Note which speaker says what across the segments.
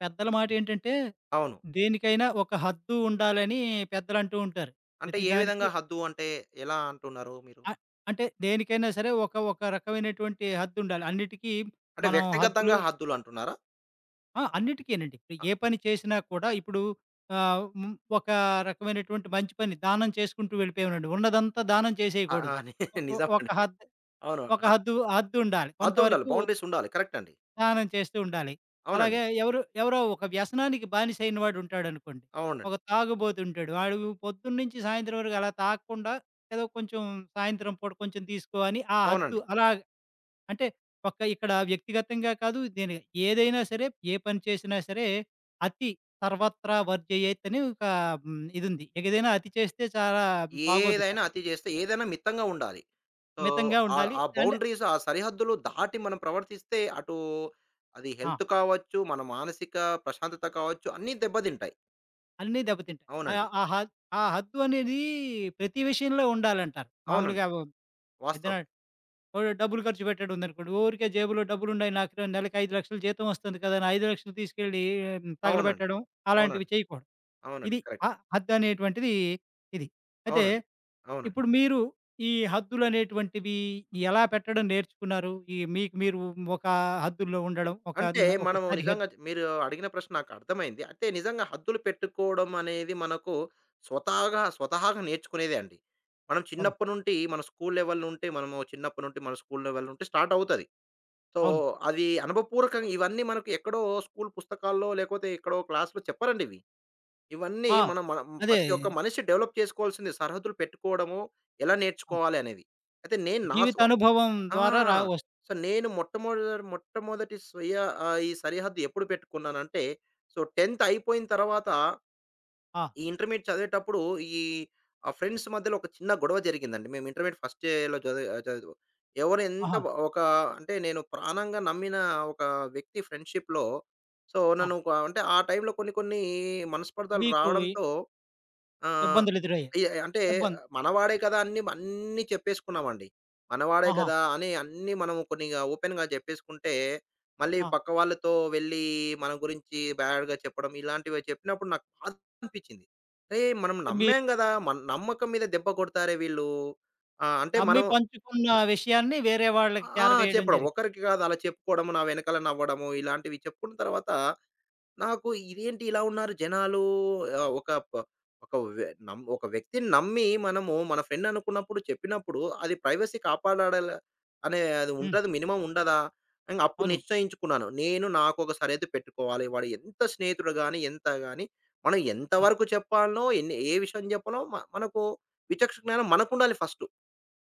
Speaker 1: పెద్దల మాటేంటంటే,
Speaker 2: అవును.
Speaker 1: దేనికైనా ఒక హద్దు ఉండాలని పెద్దలంటూ ఉంటారు.
Speaker 2: అంటే ఏ
Speaker 1: ప్రతిదానికి
Speaker 2: విధంగా హద్దు అంటే ఎలా అంటున్నారు మీరు?
Speaker 1: ఆహ్, అంటే దేనికైనా సరే ఒక ఒక రకమైనటువంటి హద్దుండాలి. అన్నిటికీ
Speaker 2: అంటే
Speaker 1: మనం హద్దులు
Speaker 2: వ్యక్తిగతంగా హద్దులు అంటున్నారా?
Speaker 1: ఆ! అన్నిటికీనండి. ఇప్పుడు
Speaker 2: అ
Speaker 1: ఏ పని చేసినా కూడా ఇప్పుడు ఆహ్, హ్మ్, ఒక రకమైనటువంటి మంచి పని దానం చేసుకుంటూ వెళ్ళిపోయామనండి. ఉన్నదంతా దానం
Speaker 2: ఆహ్,
Speaker 1: చేసేయకూడదు.
Speaker 2: ఆహ్,
Speaker 1: ఒ ఒ ఒక
Speaker 2: నిజమండి.
Speaker 1: హద్దు
Speaker 2: అవును.
Speaker 1: ఒక హద్దుండాలి.
Speaker 2: హద్దుండాలి.
Speaker 1: కొంతవరకు
Speaker 2: బౌండరీస్ ఉండాలి. కరెక్ట్ అండి.
Speaker 1: స్నానం చేస్తూ ఉండాలి.
Speaker 2: అవునండి.
Speaker 1: అలాగే ఎవరో ఒక వ్యసనానికి బానిసైన వాడుంటాడనుకోండి. ఒక
Speaker 2: అవునండి.
Speaker 1: తాగుబోతుంటాడు. వాడు పొద్దున్నుంచి సాయంత్రం వరకు అలా తాగకుండా ఏదో కొంచెం సాయంత్రం పూట కొంచెం తీసుకో అని ఆ హద్దు
Speaker 2: అవునండి.
Speaker 1: అలా అంటే ఒక ఇక్కడ వ్యక్తిగతంగా కాదు. నేను ఏదైనా సరే, ఏ పని చేసినా సరే అతి సర్వత్రా వర్జయేత్ అని ఒక హ్మ్. ఇదుంది. ఏదైనా అతి చేస్తే చాలా బాగోదుట.
Speaker 2: ఏదైనా అతి చేస్తే ఏదైనా మితంగా ఉండాలి. సో,
Speaker 1: మితంగా
Speaker 2: ఆ
Speaker 1: ఉండాలి.
Speaker 2: ఆ
Speaker 1: అంటే
Speaker 2: బౌండరీస్ ఆ సరిహద్దులు దాటి మనం ప్రవర్తిస్తే అటు అది
Speaker 1: ఆ!
Speaker 2: హెల్త్ కావచ్చు, మన మానసిక ప్రశాంతత కావచ్చు అన్నీ దెబ్బతింటాయి.
Speaker 1: అన్నీ దెబ్బతింటాయి. ఆ!
Speaker 2: అవునండి.
Speaker 1: ఆ హద్ ఆ హద్దు అనేది ప్రతి విషయంలో ఉండాలంటారు.
Speaker 2: అవునండి.
Speaker 1: మామూలుగా ఓ ఏదైనా
Speaker 2: వాస్తవమే.
Speaker 1: ఓ డబ్బులు ఖర్చు పెట్టాడు ఉందనుకోండి, ఊరికే జేబులో డబ్బులున్నాయి, నాకు నెలకి 5,00,000 జీతం వస్తుంది కదా! అని 5,00,000 తీసుకెళ్ళి
Speaker 2: అవునండి.
Speaker 1: తగలబెట్టడం అలాంటివి
Speaker 2: అవునండి.
Speaker 1: చేయకూడదు.
Speaker 2: అవునండి.
Speaker 1: ఇది ఆ
Speaker 2: కరెక్ట్.
Speaker 1: హద్దనేటువంటిది ఇది. అయితే
Speaker 2: అవునండి. అవునండి.
Speaker 1: ఇప్పుడు మీరు ఈ హద్దులనేటువంటివి ఎలా పెట్టడం నేర్చుకున్నారు? ఈ మీకు మీరు ఒక హద్దుల్లో ఉండడం ఒక,
Speaker 2: అంటే
Speaker 1: ఒక
Speaker 2: మనము నిజంగా
Speaker 1: సరిహద్దు
Speaker 2: మీరు అడిగిన ప్రశ్న నాకు అర్థమైంది. అంటే నిజంగా హద్దులు పెట్టుకోవడం అనేది మనకు స్వతహాగా స్వతహాగా నేర్చుకునేదే అండి. మనం
Speaker 1: అవును.
Speaker 2: చిన్నప్పటి నుండి మన స్కూల్ లెవెల్ నుండి మనము చిన్నప్పటి నుండి మన స్కూల్ లెవెల్ నుండి స్టార్ట్ అవుతది. సో,
Speaker 1: అవును.
Speaker 2: అది అనుభవపూర్వకంగా ఇవన్నీ మనకు ఎక్కడో స్కూల్ పుస్తకాల్లో లేకపోతే ఎక్కడో క్లాస్‌లో చెప్పరండి ఇవి. ఇవన్నీ
Speaker 1: ఆ!
Speaker 2: మనం మనం
Speaker 1: అదే.
Speaker 2: ప్రతి ఒక్క మనిషి డెవలప్ చేసుకోవాల్సింది సరిహద్దులు పెట్టుకోవడము, ఎలా నేర్చుకోవాలి అనేది. అయితే నేను నా స్వ
Speaker 1: జీవితానుభవం
Speaker 2: ఆ!
Speaker 1: ద్వారా రా వస్
Speaker 2: సో, నేను మొట్టమొదటి మొట్టమొదటి ఈ సరిహద్దు ఎప్పుడు పెట్టుకున్నానంటే, సో, 10థ్ అయిపోయిన తర్వాత,
Speaker 1: ఆ!
Speaker 2: ఈ ఇంటర్మీడియేట్ చదివేటప్పుడు ఈ ఆ ఫ్రెండ్స్ మధ్యలో ఒక చిన్న గొడవ జరిగిందండి. మేము ఇంటర్మీడియేట్ ఫస్ట్ ఇయర్‌లో చదివే ఆహ్, చదువు ఎవరు ఎంత
Speaker 1: ఆహా!
Speaker 2: బ ఒక అంటే నేను ప్రాణంగా నమ్మిన ఒక వ్యక్తి ఫ్రెండ్‌షిప్‌లో, సో,
Speaker 1: ఆ!
Speaker 2: నన్ను ఒక అంటే ఆ టైంలో కొన్ని కొన్ని మనస్పర్ధలు
Speaker 1: మీకు ఇ-
Speaker 2: రావడంతో ఆ!
Speaker 1: ఇబ్బందులు ఎదురయ్యాయి.
Speaker 2: ఇ అంటే
Speaker 1: ఇబ్బంది
Speaker 2: మనవాడే కదా! అన్నీ అన్నీ చెప్పేసుకున్నామండి. మనవాడే
Speaker 1: ఆహా!
Speaker 2: కదా! అని అన్నీ మనం కొన్నిగా ఓపెన్‌గా చెప్పేసుకుంటే, మళ్ళీ
Speaker 1: ఆ!
Speaker 2: పక్క వాళ్ళతో వెళ్ళి మన గురించి బ్యాడ్‌గా చెప్పడం ఇలాంటివి చెప్పినప్పుడు నాకు బాధ అనిపించింది. అరేయ్! మనం
Speaker 1: అంటే మీరు
Speaker 2: నమ్మాం గదా! మన నమ్మకం మీద దెబ్బ కొడతారే వీళ్ళు. అంటే
Speaker 1: నమ్మి
Speaker 2: మనం
Speaker 1: పంచుకున్న విషయాన్ని వేరే వాళ్ళకి
Speaker 2: ఆ!
Speaker 1: చేరవేయడం
Speaker 2: చెప్పడం.
Speaker 1: జరిగింది.
Speaker 2: ఒకరికి కాదు అలా చెప్పుకోవడము, నా వెనకాల నవ్వడము ఇలాంటివి చెప్పుకున్న తర్వాత నాకు ఇదేంటి ఇలా ఉన్నారు జనాలు, ఆహ్, ఒక ప ఒక వె నమ్ ఒక వ్యక్తిని నమ్మి మనము మన ఫ్రెండ్ అనుకున్నప్పుడు చెప్పినప్పుడు అది ప్రైవసీ కాపాడాడల అనే అది
Speaker 1: హ్మ్.
Speaker 2: ఉంటది, మినిమం ఉండదా? ఇంగ అప్పుడు
Speaker 1: అవును.
Speaker 2: నిశ్చయించుకున్నాను. నేను నాకొక సరిహద్దు పెట్టుకోవాలి. వాడు ఎంత స్నేహితుడు గాని, ఎంత గాని మనం ఎంత
Speaker 1: ఆ!
Speaker 2: వరకు చెప్పాలనో, ఎన్ని ఏ విషయం చెప్పాలో మనకు జ్ఞానం మనకుండాలి ఫస్ట్.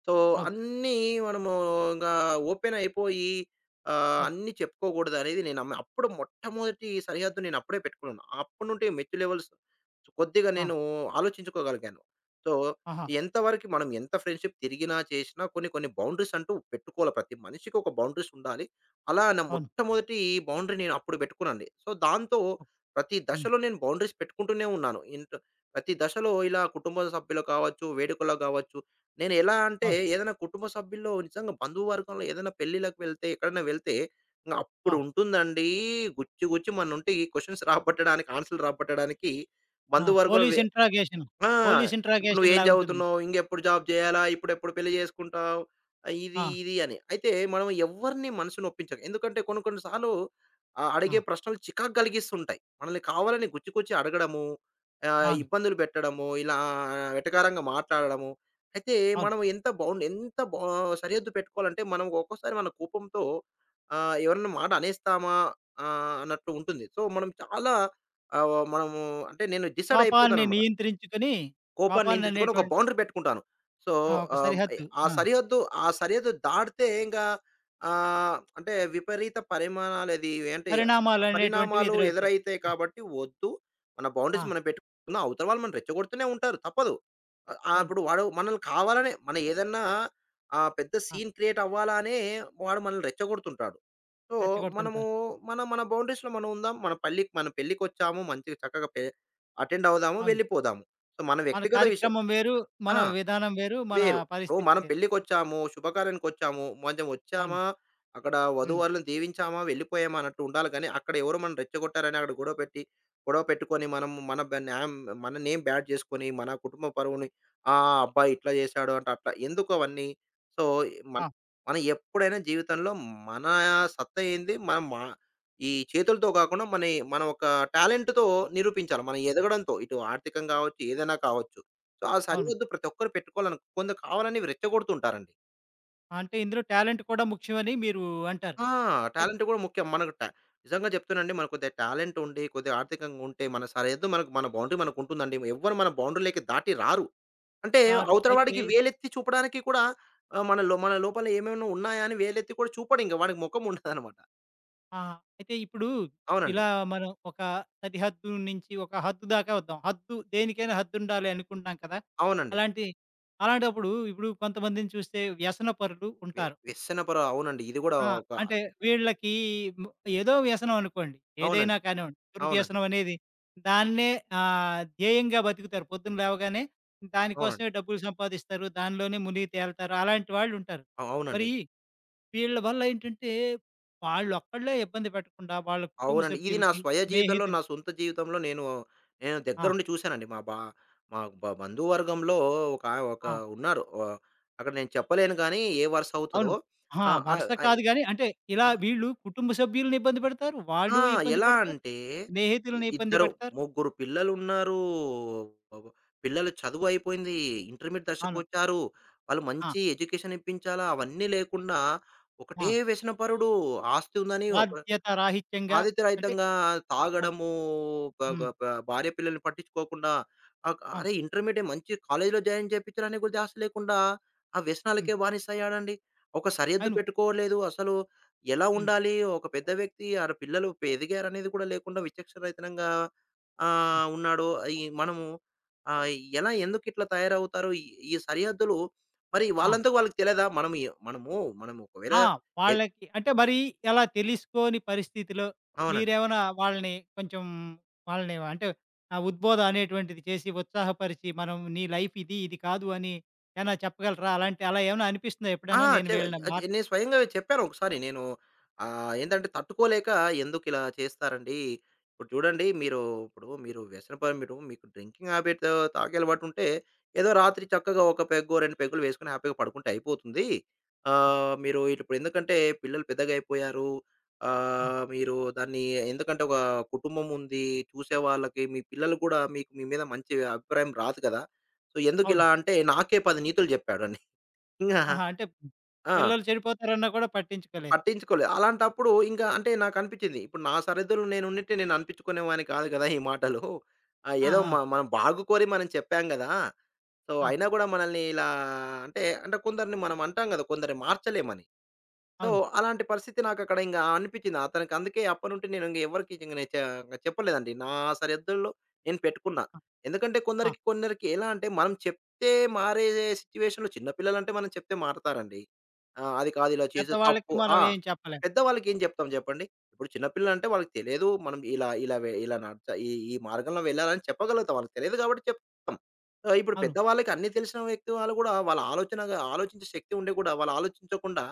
Speaker 2: సో,
Speaker 1: అవును.
Speaker 2: అన్నీ మనము ఇంగా ఓపెన్ అయిపోయి
Speaker 1: అవును.
Speaker 2: అన్నీ చెప్పుకోకూడదనేది నేను నమ్మ అప్పుడు మొట్టమొదటి సరిహద్దు నేను అప్పుడే పెట్టుకున్నాను. అప్పటి నుండి మెచ్యూర్ లెవెల్స్ కొద్దిగా
Speaker 1: ఆ!
Speaker 2: నేను ఆలోచించుకోగలిగాను. సో,
Speaker 1: ఆహా!
Speaker 2: ఎంతవరకు మనం ఎంత ఫ్రెండ్షిప్ తిరిగినా, చేసినా కొన్ని కొన్ని బౌండరీస్ అంటూ పెట్టుకోవాలి. ప్రతి మనిషికి ఒక బౌండరీస్ ఉండాలి. అలా నా
Speaker 1: అవును.
Speaker 2: మొట్టమొదటి బౌండరీ నేను అప్పుడు పెట్టుకున్నానండి. సో, దాంతో
Speaker 1: ఓహ్!
Speaker 2: ప్రతి
Speaker 1: హ్మ్.
Speaker 2: దశలో నేను బౌండరీస్ పెట్టుకుంటూనే ఉన్నాను. ప్రతి దశలో ఇలా కుటుంబ సభ్యులు కావచ్చు, వేడుకలు కావచ్చు, నేను ఎలా అంటే
Speaker 1: అవును.
Speaker 2: ఏదైనా కుటుంబ సభ్యుల్లో నిజంగా బంధువర్గంలో ఏదైనా పెళ్ళిళ్ళకి వెళ్తే, ఎక్కడైనా వెళ్తే ఇంగ అప్పుడు
Speaker 1: ఆ!
Speaker 2: ఉంటుందండి గుచ్చి గుచ్చి మన నుండి క్వెషన్స్ రాబట్టడానికి ఆన్సర్‌లు రాబట్టడానికి,
Speaker 1: ఆ!
Speaker 2: బంధువర్గంలో
Speaker 1: పోలీస్
Speaker 2: వె
Speaker 1: ఇంట్రాగేషన్.
Speaker 2: ఆ!
Speaker 1: పోలీస్
Speaker 2: ఇప్పుడు నువ్వేం
Speaker 1: ఇంట్రాగేషన్‌లా ఉంటుంది.
Speaker 2: చదువుతున్నావు? ఇంకెప్పుడు జాబ్ చేయాలా? ఇప్పుడెప్పుడు పెళ్లి చేసుకుంటావు? ఇది,
Speaker 1: ఆ!
Speaker 2: ఇది అని. అయితే మనం ఎవ్వరిని మనసుని ఒప్పించకు. ఎందుకంటే కొన్ని కొన్ని సార్లు అడిగే
Speaker 1: ఆ!
Speaker 2: ప్రశ్నలు చికాకు కలిగిస్తుంటాయి. మనల్ని కావాలని గుచ్చి గుచ్చి అడగడము,
Speaker 1: అవును.
Speaker 2: ఇబ్బందులు పెట్టడము, ఇలా వెటకారంగా మాట్లాడడము. అయితే
Speaker 1: అవును.
Speaker 2: మనం ఎంత బౌండ్ ఎంత బా సరిహద్దు పెట్టుకోవాలంటే మనం ఒక్కోసారి మన కోపంతో ఎవరన్నా మాట అనేస్తామా? అన్నట్టు ఉంటుంది. సో, మనం చాలా ఆహ్, మనము అంటే నేను డిసైడ్
Speaker 1: కోపాన్ని
Speaker 2: అయిపోతానన్నమాట.
Speaker 1: నియంత్రించుకొని
Speaker 2: కోపాన్ని నియంత్రించుకొని ఒక
Speaker 1: కోపాన్ననేటువంటి
Speaker 2: బౌండరీ పెట్టుకుంటాను. సో,
Speaker 1: ఆ! ఒక
Speaker 2: ఆహ్,
Speaker 1: సరిహద్దు.
Speaker 2: ఆ
Speaker 1: ఆ!
Speaker 2: సరిహద్దు ఆ సరిహద్దు దాటితే ఇంగా అంటే విపరీత పరిమాణాలు అది ఏంటి
Speaker 1: పరిణామాలనేటువంటివి
Speaker 2: పరిణామాలు
Speaker 1: ఎదురవుతాయి.
Speaker 2: ఎదురైతాయి
Speaker 1: ఆ!
Speaker 2: కాబట్టి వద్దు. మన బౌండరీస్
Speaker 1: ఆ!
Speaker 2: మనం పెట్టుకుందాం. అవతల వాళ్ళు మనం రెచ్చగొడుతూనే ఉంటారు. తప్పదు.
Speaker 1: అవును.
Speaker 2: ఇప్పుడు వాడు మనల్ని కావాలనే పెద్ద
Speaker 1: ఆ!
Speaker 2: సీన్ క్రియేట్ అవ్వాలనే వాడు మనల్ని రెచ్చగొడుతుంటాడు. సో, మనము
Speaker 1: రెచ్చగొడుతుంటారు.
Speaker 2: మన మన బౌండరీస్‌లో మనం ఉందాం. మన పెళ్ళికొచ్చాము. మంచిగా చక్కగా అటెండ్ అవుదాము.
Speaker 1: అవును.
Speaker 2: వెళ్ళిపోదాము. సో, మన
Speaker 1: మన
Speaker 2: వ్యక్తిగత విషయం
Speaker 1: కార్యక్రమం వేరు. మన
Speaker 2: ఆ!
Speaker 1: విధానం వేరు. మన
Speaker 2: వేరు. ఇప్పుడు
Speaker 1: పరిస్థితి
Speaker 2: మనం
Speaker 1: వేరు.
Speaker 2: పెళ్ళికొచ్చాము, శుభకార్యానికొచ్చాము, మంచం
Speaker 1: అవును.
Speaker 2: వచ్చామా, అక్కడ
Speaker 1: హ్మ్.
Speaker 2: వధూవరులను దీవించామా, వెళ్ళిపోయామా అన్నట్టు ఉండాలి గానీ, అక్కడ ఎవరో మనల్ని రెచ్చగొట్టారని అక్కడ గొడవ పెట్టి, గొడవ పెట్టుకొని మనం మన బ న్యాయం మన నేమ్ బ్యాడ్ చేసుకొని, మన కుటుంబ పరువుని ఆ! అబ్బాయి ఇట్లా చేశాడు అంటే అట్లా ఎందుకు అవన్నీ? సో, మన
Speaker 1: ఆ!
Speaker 2: మనం ఎప్పుడైనా జీవితంలో మన సత్తా ఏంది, మనం మా ఈ చేతులతో కాకుండా మన మనం ఒక టాలెంట్‌తో నిరూపించాలి. మనం ఎదగడంతో. ఇటు ఆర్థికంగా కావచ్చు, ఏదైనా కావచ్చు. సో ఆ
Speaker 1: అవును.
Speaker 2: సరిహద్దు ప్రతి ఒక్కరు పెట్టుకోవాలను, కొందరు కావాలని ఇవి రెచ్చగొడుతుంటారండి.
Speaker 1: అంటే ఇందులో టాలెంట్ కూడా ముఖ్యమని మీరు అంటారు.
Speaker 2: ఆ!
Speaker 1: అయిత్
Speaker 2: టాలెంట్ కూడా ముఖ్యం. మనకు టా నిజంగా చెప్తున్నానండి, మనకు కొద్దిగా టాలెంట్ ఉండి, కొద్దిగా ఆర్థికంగా ఉంటే మన సరిహద్దు మనకు మన బౌండరీ మనకుంటుందండి. ఎవ్వరు మన బౌండరీలోకి దాటి రారు. అంటే
Speaker 1: రారు.
Speaker 2: అవతల
Speaker 1: అయితే
Speaker 2: వాడికి వేలెత్తి చూపడానికి కూడా ఆహ్, మన లో మన లోపల ఏమేమైనా ఉన్నాయా అని వేలెత్తి కూడా చూపడింక. వాడికి మొఖం ఉండదనమాట.
Speaker 1: ఆ! అయితే ఇప్పుడు
Speaker 2: అవునండి.
Speaker 1: ఇలా మనం ఒక సరిహద్దు నుంచి ఒక హద్దు దాకా వద్దాం. హద్దు దేనికైనా హద్దుండాలి అనుకుంటాం కదా!
Speaker 2: అవునండి.
Speaker 1: అలాంటి అలాంటప్పుడు ఇప్పుడు కొంతమందిని చూస్తే వ్యసనపరులు ఉంటారు.
Speaker 2: వ్యసనపర అవునండి. ఇది కూడా
Speaker 1: ఆ!
Speaker 2: ఒక
Speaker 1: అంటే వీళ్ళకి ము ఏదో వ్యసనం అనుకోండి.
Speaker 2: అవునండి.
Speaker 1: ఏదైనా కానివ్వండి.
Speaker 2: అవునండి.
Speaker 1: దుర్వ్యసనం అనేది దాన్నే ధ్యేయంగా బతుకుతారు. పొద్దున లేవగానే
Speaker 2: అవునండి.
Speaker 1: దానికోసమే డబ్బులు సంపాదిస్తారు. దానిలోనే మునిగి తేలుతారు. అలాంటి వాళ్ళుంటారు.
Speaker 2: అవునండి.
Speaker 1: మరి వీళ్ళ వల్ల ఏంటంటే వాళ్ళొక్కళ్ళే ఇబ్బంది పెట్టకుండా వాళ్ళ కుటుంబ
Speaker 2: అవునండి. ఇది నా
Speaker 1: సభ్యుల్ని,
Speaker 2: స్వయ జీవితంలో,
Speaker 1: స్నేహితులు
Speaker 2: నా సొంత జీవితంలో నేను, నేను
Speaker 1: ఆ!
Speaker 2: దగ్గరుండి చూసానండి. మా బంధువర్గంలో ఒక
Speaker 1: ఆ!
Speaker 2: ఉన్నారు. అక్కడ నేను చెప్పలేను గానీ, ఏ వరుస అవుతదో,
Speaker 1: అవును. ఆ!
Speaker 2: ఆహ్, ఆహ్,
Speaker 1: వరుస
Speaker 2: అయ్
Speaker 1: కాదు గానీ, అంటే ఇలా
Speaker 2: ఆహ్,
Speaker 1: వీళ్ళు కుటుంబ సభ్యుల్ని ఇబ్బంది పెడతారు.
Speaker 2: ఆ!
Speaker 1: వాళ్ళు ఇబ్బంది
Speaker 2: ఎలా
Speaker 1: పడతారు.
Speaker 2: అంటే,
Speaker 1: స్నేహితుల్ని ఇబ్బంది
Speaker 2: ఇద్దరు,
Speaker 1: పెడతారు.
Speaker 2: ముగ్గురు పిల్లలున్నారు. బాబోయ్! పిల్లల చదువు అయిపోయింది. ఇంటర్మీడియేట్
Speaker 1: అవును.
Speaker 2: దశకొచ్చారు. వాళ్ళు
Speaker 1: ఆ!
Speaker 2: మంచి ఎడ్యుకేషన్ ఇప్పించాలా, అవన్నీ లేకుండా ఒకటే
Speaker 1: ఆ!
Speaker 2: వ్యసనపరుడు. ఆస్తి ఉందని ఒక
Speaker 1: బాధ్యత రాహిత్యంగా అంటే
Speaker 2: బాధ్యతారహితంగా
Speaker 1: ఆ!
Speaker 2: తాగడము, బ బ
Speaker 1: హ్మ్.
Speaker 2: బ భార్య పిల్లల్ని పట్టించుకోకుండా
Speaker 1: అవును.
Speaker 2: అరే! ఇంటర్మీడియేట్ మంచి కాలేజ్‌లో జాయిన్ చేపించడానికి కూడా ధ్యాస లేకుండా ఆ
Speaker 1: హ్మ్.
Speaker 2: వ్యసనాలకే బానిసయ్యాడండి. ఒక సరిహద్దు
Speaker 1: అవును.
Speaker 2: పెట్టుకోలేదు. అసలు ఎలా
Speaker 1: హ్మ్.
Speaker 2: ఉండాలి? ఒక పెద్ద వ్యక్తి ఆడ పిల్లలు ఎదిగారనేది కూడా లేకుండా విచక్షణరహితనంగా
Speaker 1: హ్మ్.
Speaker 2: ఉన్నాడు. ఈ మనము ఆహ్, ఎలా ఎందుకు ఇట్లా తయారవుతారు? ఈ ఈ సరిహద్దులు మరి
Speaker 1: ఆ!
Speaker 2: వాళ్ళంతకు వాళ్ళకి తెలియదా? మనం ఒకవేళ
Speaker 1: ఆ!
Speaker 2: ఎ
Speaker 1: వాళ్ళకి అంటే మరి ఎలా తెలుసుకోని పరిస్థితిలో
Speaker 2: అవునండి.
Speaker 1: మీరేమైనా వాళ్ళని కొంచెం వాళ్ళని అంటే ఆ ఉద్బోధ అనేటువంటిది చేసి ఉత్సాహపరిచి, మనం నీ లైఫ్ ఇది, ఇది కాదు అని ఏమైనా చెప్పగలరా? అలాంటి అలా ఏమైనా అనిపిస్తుందా
Speaker 2: ఆ!
Speaker 1: ఎప్పుడైనా? నేను
Speaker 2: చె
Speaker 1: వీళ్ళని మార్
Speaker 2: అది నేను స్వయంగా చెప్పాను ఒకసారి నేను ఏందంటే తట్టుకోలేక ఎందుకిలా చేస్తారండి? ఇప్పుడు చూడండి మీరు, ఇప్పుడు మీరు వ్యసనపడి మీరు మీకు డ్రింకింగ్ హాబిట్ తాగే అలవాటు ఉంటే ఏదో రాత్రి చక్కగా ఒక పెగ్గో, 2 పెగ్గులు వేసుకొని హ్యాపీగా పడుకుంటే అయిపోతుంది. మీరు ఇప్పుడు ఎందుకంటే పిల్లలు పెద్దగా అయిపోయారు.
Speaker 1: హ్మ్.
Speaker 2: ఆహ్, మీరు దాన్ని ఎందుకంటే ఒక కుటుంబం ఉంది. చూసే వాళ్ళకి మీ పిల్లలు కూడా మీకు మీ మీద మంచి అభిప్రాయం రాదు కదా! సో,
Speaker 1: అవును.
Speaker 2: ఎందుకిలా అంటే నాకే 10 నీతులు చెప్పాడండి. ఇంగా
Speaker 1: ఆహా! అంటే
Speaker 2: ఆ!
Speaker 1: పిల్లలు చెడిపోతారన్నా కూడా పట్టించుకోలేదు.
Speaker 2: పట్టించుకోలేదు. అలాంటప్పుడు ఇంకా అంటే నాకనిపిచ్చింది. ఇప్పుడు నా సరిహద్దుల్లో నేనుండింటే నేను అనిపిచ్చుకునేవాడిని కాదు కదా! ఈ మాటలు.
Speaker 1: ఆ!
Speaker 2: ఏదో
Speaker 1: ఆ!
Speaker 2: మనం బాగు కోరి మనం చెప్పాం గదా! సో,
Speaker 1: ఆ!
Speaker 2: అయినా గూడా మనల్ని ఇలా, అంటే కొందరిని మనం అంటాం గదా! కొందరిని మార్చలేమని. సో,
Speaker 1: అవును.
Speaker 2: అలాంటి పరిస్థితి నాకక్కడ ఇంగా అనిపిచ్చింది. అతనికి అందుకే అప్పటినుండి నేను ఇంగ ఎవరికీ ఇంగ నేను చా చెప్పలేదండి. నా సరిహద్దుల్లో నేను పెట్టుకున్నా.
Speaker 1: ఆ!
Speaker 2: ఎందుకంటే
Speaker 1: ఆ!
Speaker 2: కొందరికి కొందరికి ఎలా అంటే మనం చెప్తే మారే సిట్యుయేషన్‌లో చిన్న పిల్లలంటే మనం చెప్తే మారతారండి. ఆ! అది కాదు ఇలా చేసేది
Speaker 1: పెద్దవాళ్ళకి
Speaker 2: తప్పు.
Speaker 1: మనం ఏం చెప్పలేం.
Speaker 2: పెద్దవాళ్ళకేం జెప్తాం జెప్పండి? ఇప్పుడు చిన్న పిల్లలంటే వాళ్ళకి తెలియదు. మనం ఇలా ఇలా వె ఇలా నడచ ఈ ఈ మార్గంలో వెళ్ళాలని చెప్పగలుగుతాం. వాళ్ళకి తెలియదు కాబట్టి చెప్తాం. ఇప్పుడు
Speaker 1: అవును.
Speaker 2: పెద్దవాళ్ళకి అన్నీ తెలిసిన వ్యక్తి వాళ్ళు గూడా వాళ్ళ ఆలోచనగా ఆలోచించే శక్తి ఉండి గూడా వాళ్ళు ఆలోచించకుండా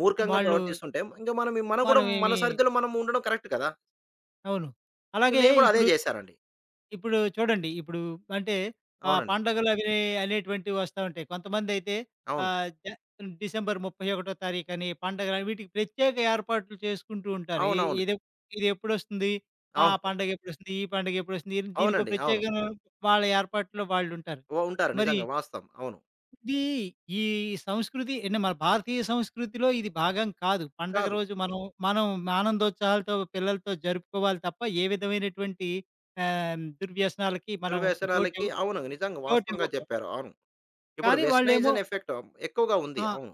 Speaker 2: మూర్ఖంగా
Speaker 1: వాళ్ళు
Speaker 2: ప్రవర్తిస్తుంటే, ఇంక మనం మనం కూడా మన
Speaker 1: మనమేమి
Speaker 2: సరిదిలో మనం ఉండడం కరెక్ట్ కదా!
Speaker 1: అవును.
Speaker 2: సో
Speaker 1: అలాగే
Speaker 2: నేను కూడా అదే
Speaker 1: ఇప్పుడు,
Speaker 2: జేశానండి.
Speaker 1: ఇప్పుడు చూడండి ఇప్పుడు అంటే
Speaker 2: అవునండి.
Speaker 1: పండగలు అవి అనేటువంటివి వస్తా ఉంటాయి. కొంతమందైతే
Speaker 2: అవును.
Speaker 1: ఆహ్, జ డిసెంబర్ 31 తారీఖని పండగలని వీటికి ప్రత్యేక ఏర్పాట్లు చేసుకుంటూ ఉంటారు. ఇ
Speaker 2: అవునవును.
Speaker 1: ఇదే ఇదెప్పుడొస్తుంది? ఆ
Speaker 2: అవును.
Speaker 1: పండగెప్పుడొస్తుంది? ఈ పండగెప్పుడొస్తుంది? దీనికో
Speaker 2: అవునండి. అవును.
Speaker 1: ప్రత్యేకమైన వాళ్ళ ఏర్పాట్లో వాళ్ళుంటారు.
Speaker 2: ఉంటారు.
Speaker 1: మరి
Speaker 2: నిజంగా వాస్తవం. అవును.
Speaker 1: ఇది ఈ సంస్కృతి అంటే మన భారతీయ సంస్కృతిలో ఇది భాగం కాదు. పండగ
Speaker 2: కాదు.
Speaker 1: రోజు మనం మనం ఆనందోత్సాహాలతో పిల్లలతో జరుపుకోవాలి తప్ప ఏ విధమైనటువంటి దుర్వ్యసనాలకి
Speaker 2: చెడు
Speaker 1: మనం
Speaker 2: వ్యసనాలకి
Speaker 1: చోటివ్
Speaker 2: అవును. నిజంగా వాస్తవంగా
Speaker 1: చోటివ్వకు.
Speaker 2: చెప్పారు. అవును. ఇప్పుడు
Speaker 1: కానీ వాళ్ళేమో
Speaker 2: వెస్టనైజేషన్ ఎఫెక్ట్ ఎక్కువగా
Speaker 1: ఆ!
Speaker 2: ఉంది. అవును.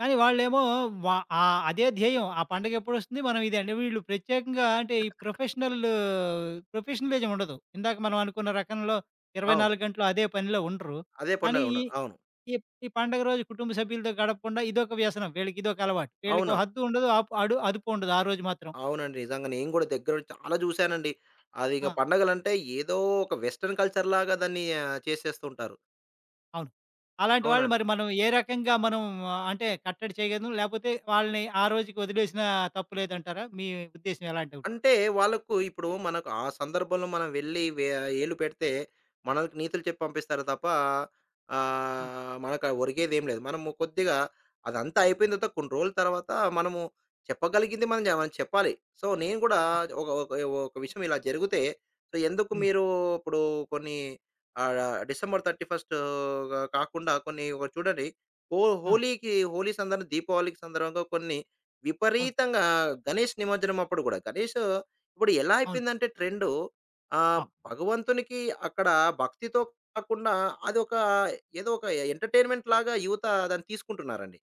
Speaker 1: కానీ వాళ్ళేమో వా అదే ధ్యేయం. ఆ పండగ ఎప్పుడొస్తుంది మనం ఇదే అంటే వీళ్ళు ప్రత్యేకంగా అంటే ఈ ప్రొఫెషనల్ ప్రొఫెషనలిజం ఉండదు. ఇందాక మనం అనుకున్న రకంలో
Speaker 2: అవును.
Speaker 1: 24 గంటలు అదే పనిలో ఉండరు.
Speaker 2: అదే
Speaker 1: కానీ
Speaker 2: పండుగలో
Speaker 1: ఈ
Speaker 2: ఉన్నారు. అవును.
Speaker 1: ఈ ఈ పండగ రోజు కుటుంబ సభ్యులతో గడపకుండా ఇదొక వ్యసనం. వీళ్ళకి ఇదొక అలవాటు. వీళ్ళకో
Speaker 2: అవును.
Speaker 1: హద్దు ఉండదు. ఆపు అడు అదుపు ఉండదు ఆ రోజు మాత్రం.
Speaker 2: అవునండి. నిజంగా నేను కూడా దగ్గరుండి చాలా జూసానండి. అది ఇక
Speaker 1: ఆ!
Speaker 2: పండగలంటే ఏదో ఒక వెస్టర్న్ కల్చర్ లాగా దాన్ని చేసేస్తుంటారు.
Speaker 1: అవును. అలాంటి వాళ్ళు
Speaker 2: అవునండి.
Speaker 1: మరి మనం ఏ రకంగా మనం ఆ, అంటే కట్టడి చేయగలం? లేపోతే వాళ్ళని ఆ రోజుకి వదిలేసినా తప్పు లేదంటారా? మీ ఉద్దేశ్యం ఎలాంటివి?
Speaker 2: అంటే వాళ్ళకు ఇప్పుడు మనకు ఆ సందర్భంలో మనం వెళ్ళి ఏలు పెడితే, మనకు నీతులు చెప్పి పంపిస్తారు తప్ప
Speaker 1: హ్మ్.
Speaker 2: మనకు ఒరిగేదేం లేదు. మనము కొద్దిగా అదంతా అయిపోయిన తర్వాత కొన్ని రోజుల తర్వాత మనము చెప్పగలిగింది మనం చెప్పాలి. సో, నేను కూడా
Speaker 1: ఆ!
Speaker 2: ఒక ఒక ఒక విషయం ఇలా జరిగితే, సో, ఎందుకు
Speaker 1: హ్మ్.
Speaker 2: మీరు ఇప్పుడు కొన్ని ఆహ్, డిసెంబర్ 31 కాకుండా కొన్ని ఒక చూడండి. హో
Speaker 1: ఆ!
Speaker 2: హోలీకి హోలీ సందర్భంగా దీపావళికి సందర్భంగా కొన్ని
Speaker 1: అవును.
Speaker 2: విపరీతంగా, గణేష్ నిమజ్జనం అప్పుడు గూడా. గణేష్ ఇప్పుడు ఎలా
Speaker 1: అవును.
Speaker 2: అయిపోయిందంటే ట్రెండు
Speaker 1: ఆ!
Speaker 2: భగవంతునికి అక్కడ భక్తితో కాకుండా అదొక ఏదో ఒక ఎంటర్‌టైన్‌మెంట్ లాగా యువత దాన్ని తీసుకుంటున్నారండి.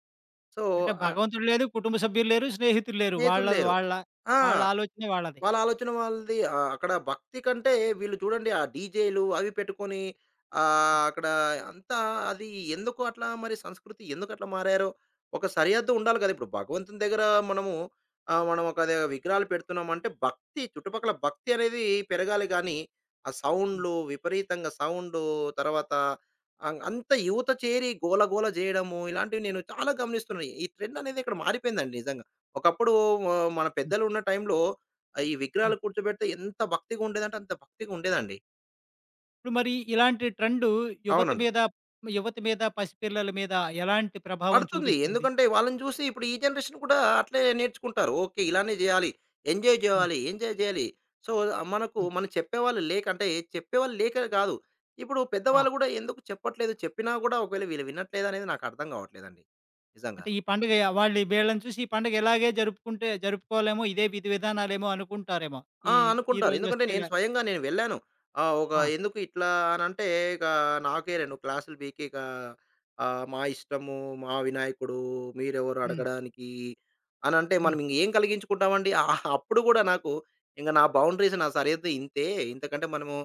Speaker 2: సో,
Speaker 1: అంటే
Speaker 2: ఆహ్,
Speaker 1: భగవంతుడు లేరు, కుటుంబ సభ్యులు లేరు, స్నేహితులు లేరు.
Speaker 2: స్నేహితులు
Speaker 1: వాళ్ళ
Speaker 2: లేరు.
Speaker 1: వాళ్ళ
Speaker 2: ఆ!
Speaker 1: వాళ్ళ ఆలోచనే వాళ్ళది.
Speaker 2: వాళ్ళ ఆలోచన వాళ్ళది. అక్కడ భక్తి కంటే వీళ్ళు చూడండి ఆ డీజేలు అవి పెట్టుకొని
Speaker 1: ఆ!
Speaker 2: అక్కడ అంతా అది ఎందుకు అట్లా మరి సంస్కృతి ఎందుకట్లా మారారో, ఒక సరిహద్దు ఉండాలి కదా! ఇప్పుడు భగవంతుని దగ్గర మనము మనం ఒక అది విగ్రహాలు పెడుతున్నామంటే భక్తి చుట్టుపక్కల భక్తి అనేది పెరగాలి గానీ, ఆ
Speaker 1: హ్మ్.
Speaker 2: సౌండ్‌లు విపరీతంగా సౌండు తర్వాత అంత యువత చేరి గోల గోల జేయడము ఇలాంటివి నేను చాలా గమనిస్తున్నాను. ఈ ట్రెండ్ అనేది ఇక్కడ మారిపోయిందండి నిజంగా. ఒకప్పుడు వ మన
Speaker 1: హ్మ్.
Speaker 2: పెద్దలు ఉన్న టైంలో ఈ
Speaker 1: హ్మ్.
Speaker 2: విగ్రహాలు కూర్చోబెడితే ఎంత భక్తిగా ఉండేదంటే అంత భక్తిగా ఉండేదండి.
Speaker 1: ఇప్పుడు మరి ఇలాంటి ట్రెండు యువత
Speaker 2: అవునండి.
Speaker 1: మీద యువత మీద, పసిపిల్లల మీద ఎలాంటి ప్రభావం
Speaker 2: పడుతుంది.
Speaker 1: చూపిస్తుంది?
Speaker 2: ఎందుకంటే వాళ్ళని చూసి ఇప్పుడు ఈ జనరేషన్ కూడా అట్లే నేర్చుకుంటారు. ఓకే. ఇలానే చేయాలి. ఎంజాయ్
Speaker 1: హ్మ్.
Speaker 2: చేయాలి. ఎంజాయ్ చేయాలి. సో, మనకు
Speaker 1: హ్మ్.
Speaker 2: మనం చెప్పేవాళ్ళు లేక అంటే చెప్పేవాళ్ళు లేక కాదు. ఇప్పుడు
Speaker 1: ఆ!
Speaker 2: పెద్దవాళ్ళు కూడా ఎందుకు చెప్పట్లేదు? చెప్పినా కూడా ఒకవేళ వీళ్ళు వినట్లేదు అనేది నాకు అర్థం కావట్లేదండి. నిజంగా.
Speaker 1: అంటే ఈ పండుగ వాళ్ళు వీళ్ళని చూసి ఈ పండుగ ఇలాగే జరుపుకుంటే జరుపుకోవాలేమో, ఇదే విధి విధానాలేమో అనుకుంటారేమో.
Speaker 2: ఆ!
Speaker 1: ఈ
Speaker 2: అనుకుంటారు. ఎందుకంటే
Speaker 1: ఈరోజొస్తే
Speaker 2: నేను
Speaker 1: ఇలా
Speaker 2: స్వయంగా నేను వెళ్ళాను. ఆహ్, ఒక
Speaker 1: ఆ!
Speaker 2: ఎందుకు ఇట్లా అనంటే ఇక నాకే 2 క్లాసులు పీకి ఇక మా ఇష్టము, మా వినాయకుడు, మీరెవరు
Speaker 1: హ్మ్.
Speaker 2: అడగడానికి అనంటే మనం
Speaker 1: హ్మ్.
Speaker 2: ఇంక ఏం కలిగించుకుంటామండి. అప్పుడు గూడా నాకు ఇంక నా బౌండరీస్ నా సరిహద్దు ఇంతే. ఇంతకంటే మనము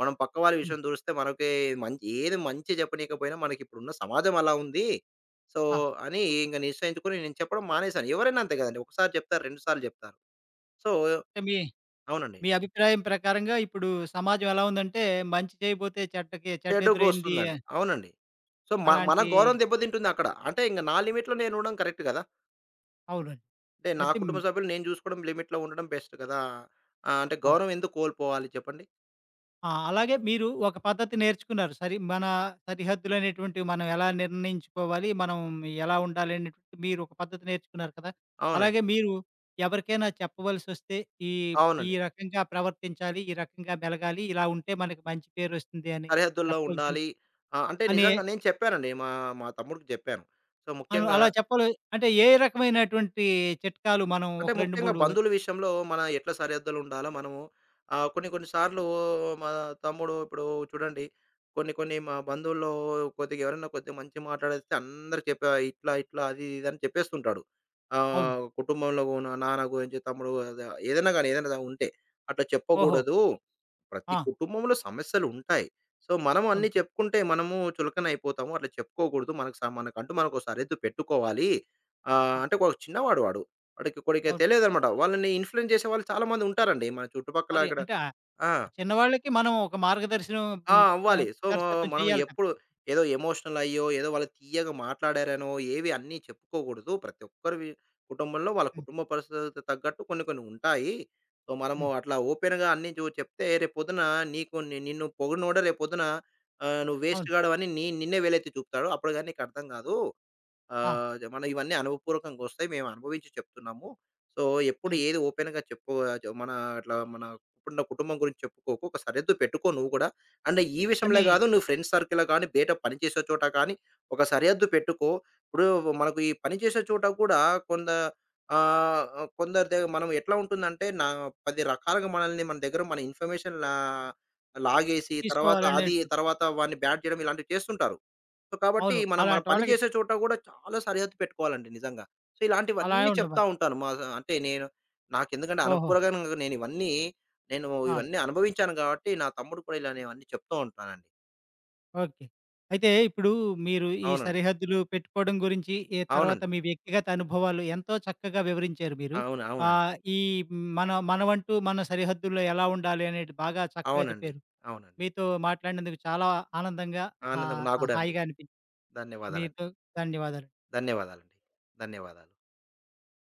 Speaker 2: మనం పక్క వారి
Speaker 1: హ్మ్.
Speaker 2: విషయం దూరిస్తే మనకే మంచి చెప్పనీయకపోయినా మనకిప్పుడున్న సమాజం అలా ఉంది. సో,
Speaker 1: ఆ!
Speaker 2: అని ఇంక నిశ్చయించుకొని నేను చెప్పడం మానేశాను. ఎవరైనా అంతే గదండీ. ఒకసారి చెప్తారు, 2 సార్లు జెప్తారు. సో
Speaker 1: అంటే మీ
Speaker 2: అవునండి.
Speaker 1: మీ అభిప్రాయం ప్రకారంగా ఇప్పుడు సమాజం ఎలా ఉందంటే, మంచి చేయబోతే చెడ్డకి చెడ్డెదురైంది
Speaker 2: చెడుగొస్తుందండి. అవునండి. సో, మన
Speaker 1: అలాంటి
Speaker 2: గౌరవం దెబ్బతింటుందక్కడ. అంటే ఇంక నా లిమిట్‌లో నేనుండడం కరెక్ట్ గదా!
Speaker 1: అవునండి.
Speaker 2: అంటే నా
Speaker 1: అయితే హ్మ్.
Speaker 2: కుటుంబ సభ్యులు నేను జూసుకోవడం లిమిట్‌లో ఉండడం బెస్ట్ గదా! అంటే
Speaker 1: ఆ!
Speaker 2: గౌరవం ఎందుకు కోల్పోవాలి చెప్పండి?
Speaker 1: ఆ! అలాగే మీరు ఒక పద్ధతి నేర్చుకున్నారు. సరి మన సరిహద్దులనేటువంటివి మనం ఎలా నిర్ణయించుకోవాలి, మనం ఎలా ఉండాలి అనేటువంటిది మీరొక పద్ధతి నేర్చుకున్నారు కదా!
Speaker 2: అవునండి.
Speaker 1: అలాగే మీరు ఎవరికైనా చెప్పవలసొస్తే ఈ ఈ
Speaker 2: అవునండి.
Speaker 1: రకంగా ప్రవర్తించాలి, ఈ రకంగా మెలగాలి, ఇలా ఉంటే మనకి మంచి పేరొస్తుంది అని
Speaker 2: సరిహద్దుల్లో
Speaker 1: చెప్పవలసిన
Speaker 2: ఉండాలి. అంటే
Speaker 1: అని
Speaker 2: నిజంగా నేను చెప్పానండి. మా మా తమ్ముడికి జెప్పాను. సో,
Speaker 1: అను
Speaker 2: ముఖ్యంగా
Speaker 1: అలా చెప్పాలి అంటే ఏ రకమైనటువంటి చిట్కాలు మనం
Speaker 2: అంటే
Speaker 1: ఒక 2,
Speaker 2: ముఖ్యంగా
Speaker 1: 3
Speaker 2: బంధువుల విషయంలో మన ఎట్లా సరిహద్దులు ఉండాలో మనము కొన్ని కొన్ని సార్లు మా తమ్ముడు ఇప్పుడు చూడండి కొన్ని కొన్ని మా బంధువుల్లో కొద్దిగా ఎవరైనా కొద్దిగా మంచిగా మాట్లాడేస్తే అందరికి చెప్పా ఇట్లా, ఇట్లా అది ఇది అని చెప్పేస్తుంటాడు.
Speaker 1: అవును.
Speaker 2: కుటుంబంలో నాన్న గురించి తమ్ముడు అద ఏదైనా గాని ఏదైనా ఉంటే అట్లా
Speaker 1: ఓహో!
Speaker 2: చెప్పకూడదు. ప్రతి
Speaker 1: ఆ!
Speaker 2: కుటుంబంలో సమస్యలుంటాయి. సో, మనం అన్నీ
Speaker 1: అవును.
Speaker 2: చెప్పుకుంటే మనము చులకన అయిపోతాము. అట్లా చెప్పుకోకూడదు. మనకు స మనకంటూ మనకో సరిహద్దు పెట్టుకోవాలి.
Speaker 1: ఆ!
Speaker 2: అంటే ఒక చిన్నవాడు వాడు. వాడికి కొడిక
Speaker 1: అవును.
Speaker 2: తెలియదనమాట. వాళ్ళని ఇన్‌ఫ్లూయెన్స్ చేసే వాళ్ళు చాలా మంది ఉంటారండి. మన చుట్టుపక్కల
Speaker 1: మరి
Speaker 2: ఇక్కడ.
Speaker 1: అంటే
Speaker 2: ఆ!
Speaker 1: చిన్నవాళ్ళకి మనం ఒక మార్గదర్శనం
Speaker 2: ఆ!
Speaker 1: హ్మ్.
Speaker 2: అవ్వాలి. సో,
Speaker 1: దర్శకత్వం
Speaker 2: మనం
Speaker 1: చేయాలి కదా!
Speaker 2: ఎప్పుడు ఏదో ఎమోషనల్ అయ్యో, ఏదో వాళ్ళు తీయగా మాట్లాడారనో, ఏవి అన్నీ చెప్పుకోకూడదు. ప్రతి ఒక్కరివి కుటుంబంలో వాళ్ళ
Speaker 1: హ్మ్.
Speaker 2: కుటుంబ పరిస్థితులకు తగ్గట్టు కొన్ని కొన్ని ఉంటాయి. సో, మనము
Speaker 1: హ్మ్.
Speaker 2: అట్లా ఓపెన్‌గా అన్నీ చెప్తే రేపొద్దున నీకు ని నిన్ను పొగిడినోడే రేపొద్దున "నువ్వు వేస్ట్
Speaker 1: అవును.
Speaker 2: గాడివని" నిన్నే వేలెత్తి చూపుతాడు. అప్పుడు గాని నీకర్థం కాదు.
Speaker 1: ఆ!
Speaker 2: ఆహ్, జ మన ఇవన్నీ అనుభవపూర్వకంగొస్తాయి. మేము అనుభవించి చెప్తున్నాము. సో, ఎప్పుడు
Speaker 1: అని,
Speaker 2: ఏది ఓపెన్‌గా చెప్పు చ మన అట్లా మన కుటుంబ కుటుంబం గురించి చెప్పుకోకు. ఒక సరిహద్దు పెట్టుకో నువ్వు గూడా. అండ్ ఈ విషయంలో
Speaker 1: అని
Speaker 2: గాదు నువ్వు ఫ్రెండ్స్ సర్కిల్‌లో గానీ, బయట పని చేసే చోట కానీ, ఒక సరిహద్దు పెట్టుకో. ఇప్పుడు మనకు ఈ పని చేసే చోట కూడా కొంద ఆహ్, ఆహ్, కొందరి ద మనం ఎట్లా ఉంటుందంటే, నా 10 రకాలుగా మనల్ని మన దగ్గర మన ఇన్ఫర్మేషన్ లాగేసి తర్వాత అది
Speaker 1: తీసుకోవాలనేటు
Speaker 2: తర్వాత వాడిని బ్యాడ్ చేయడం ఇలాంటివి చేస్తుంటారు. సో, కాబట్టి
Speaker 1: అవును.
Speaker 2: మనం మన
Speaker 1: అలాంటి
Speaker 2: పని
Speaker 1: వాళ్ళకి
Speaker 2: చేసే చోట గూడా చాలా సరిహద్దు పెట్టుకోవాలండి నిజంగా. సో,
Speaker 1: అలా
Speaker 2: ఇలాంటివన్నీ చెప్తా
Speaker 1: ఉండమని.
Speaker 2: ఉంటాను. మా స అంటే నేను నాకెందుకంటే
Speaker 1: ఓహో!
Speaker 2: అనుకూలంగా నేను ఇవన్నీ నేను
Speaker 1: ఆ!
Speaker 2: అనుభవించాను గాబట్టి, నా తమ్ముడు కూడా ఇలానేవన్నీ చెప్తూ ఉంటానండి.
Speaker 1: ఓకే. అయితే ఇప్పుడు మీరు ఈ
Speaker 2: అవునండి.
Speaker 1: సరిహద్దులు పెట్టుకోవడం గురించి, ఈ తర్వాత
Speaker 2: అవునండి.
Speaker 1: మీ వ్యక్తిగత అనుభవాలు ఎంతో చక్కగా వివరించారు మీరు.
Speaker 2: అవును. అవునండి.
Speaker 1: ఈ మన మనవంటూ మన సరిహద్దుల్లో ఎలా ఉండాలి అనేది బాగా చక్కగా
Speaker 2: అవునండి.
Speaker 1: చెప్పారు.
Speaker 2: అవునండి.
Speaker 1: మీతో మాట్లాడినందుకు చాలా ఆనందంగా,
Speaker 2: ఆనందంగా నాకు గూడా అండి.
Speaker 1: హాయిగా అనిపించింది.
Speaker 2: ధన్యవాదాలండి.
Speaker 1: మీతో ధన్యవాదాలు.
Speaker 2: ధన్యవాదాలండి. ధన్యవాదాలు.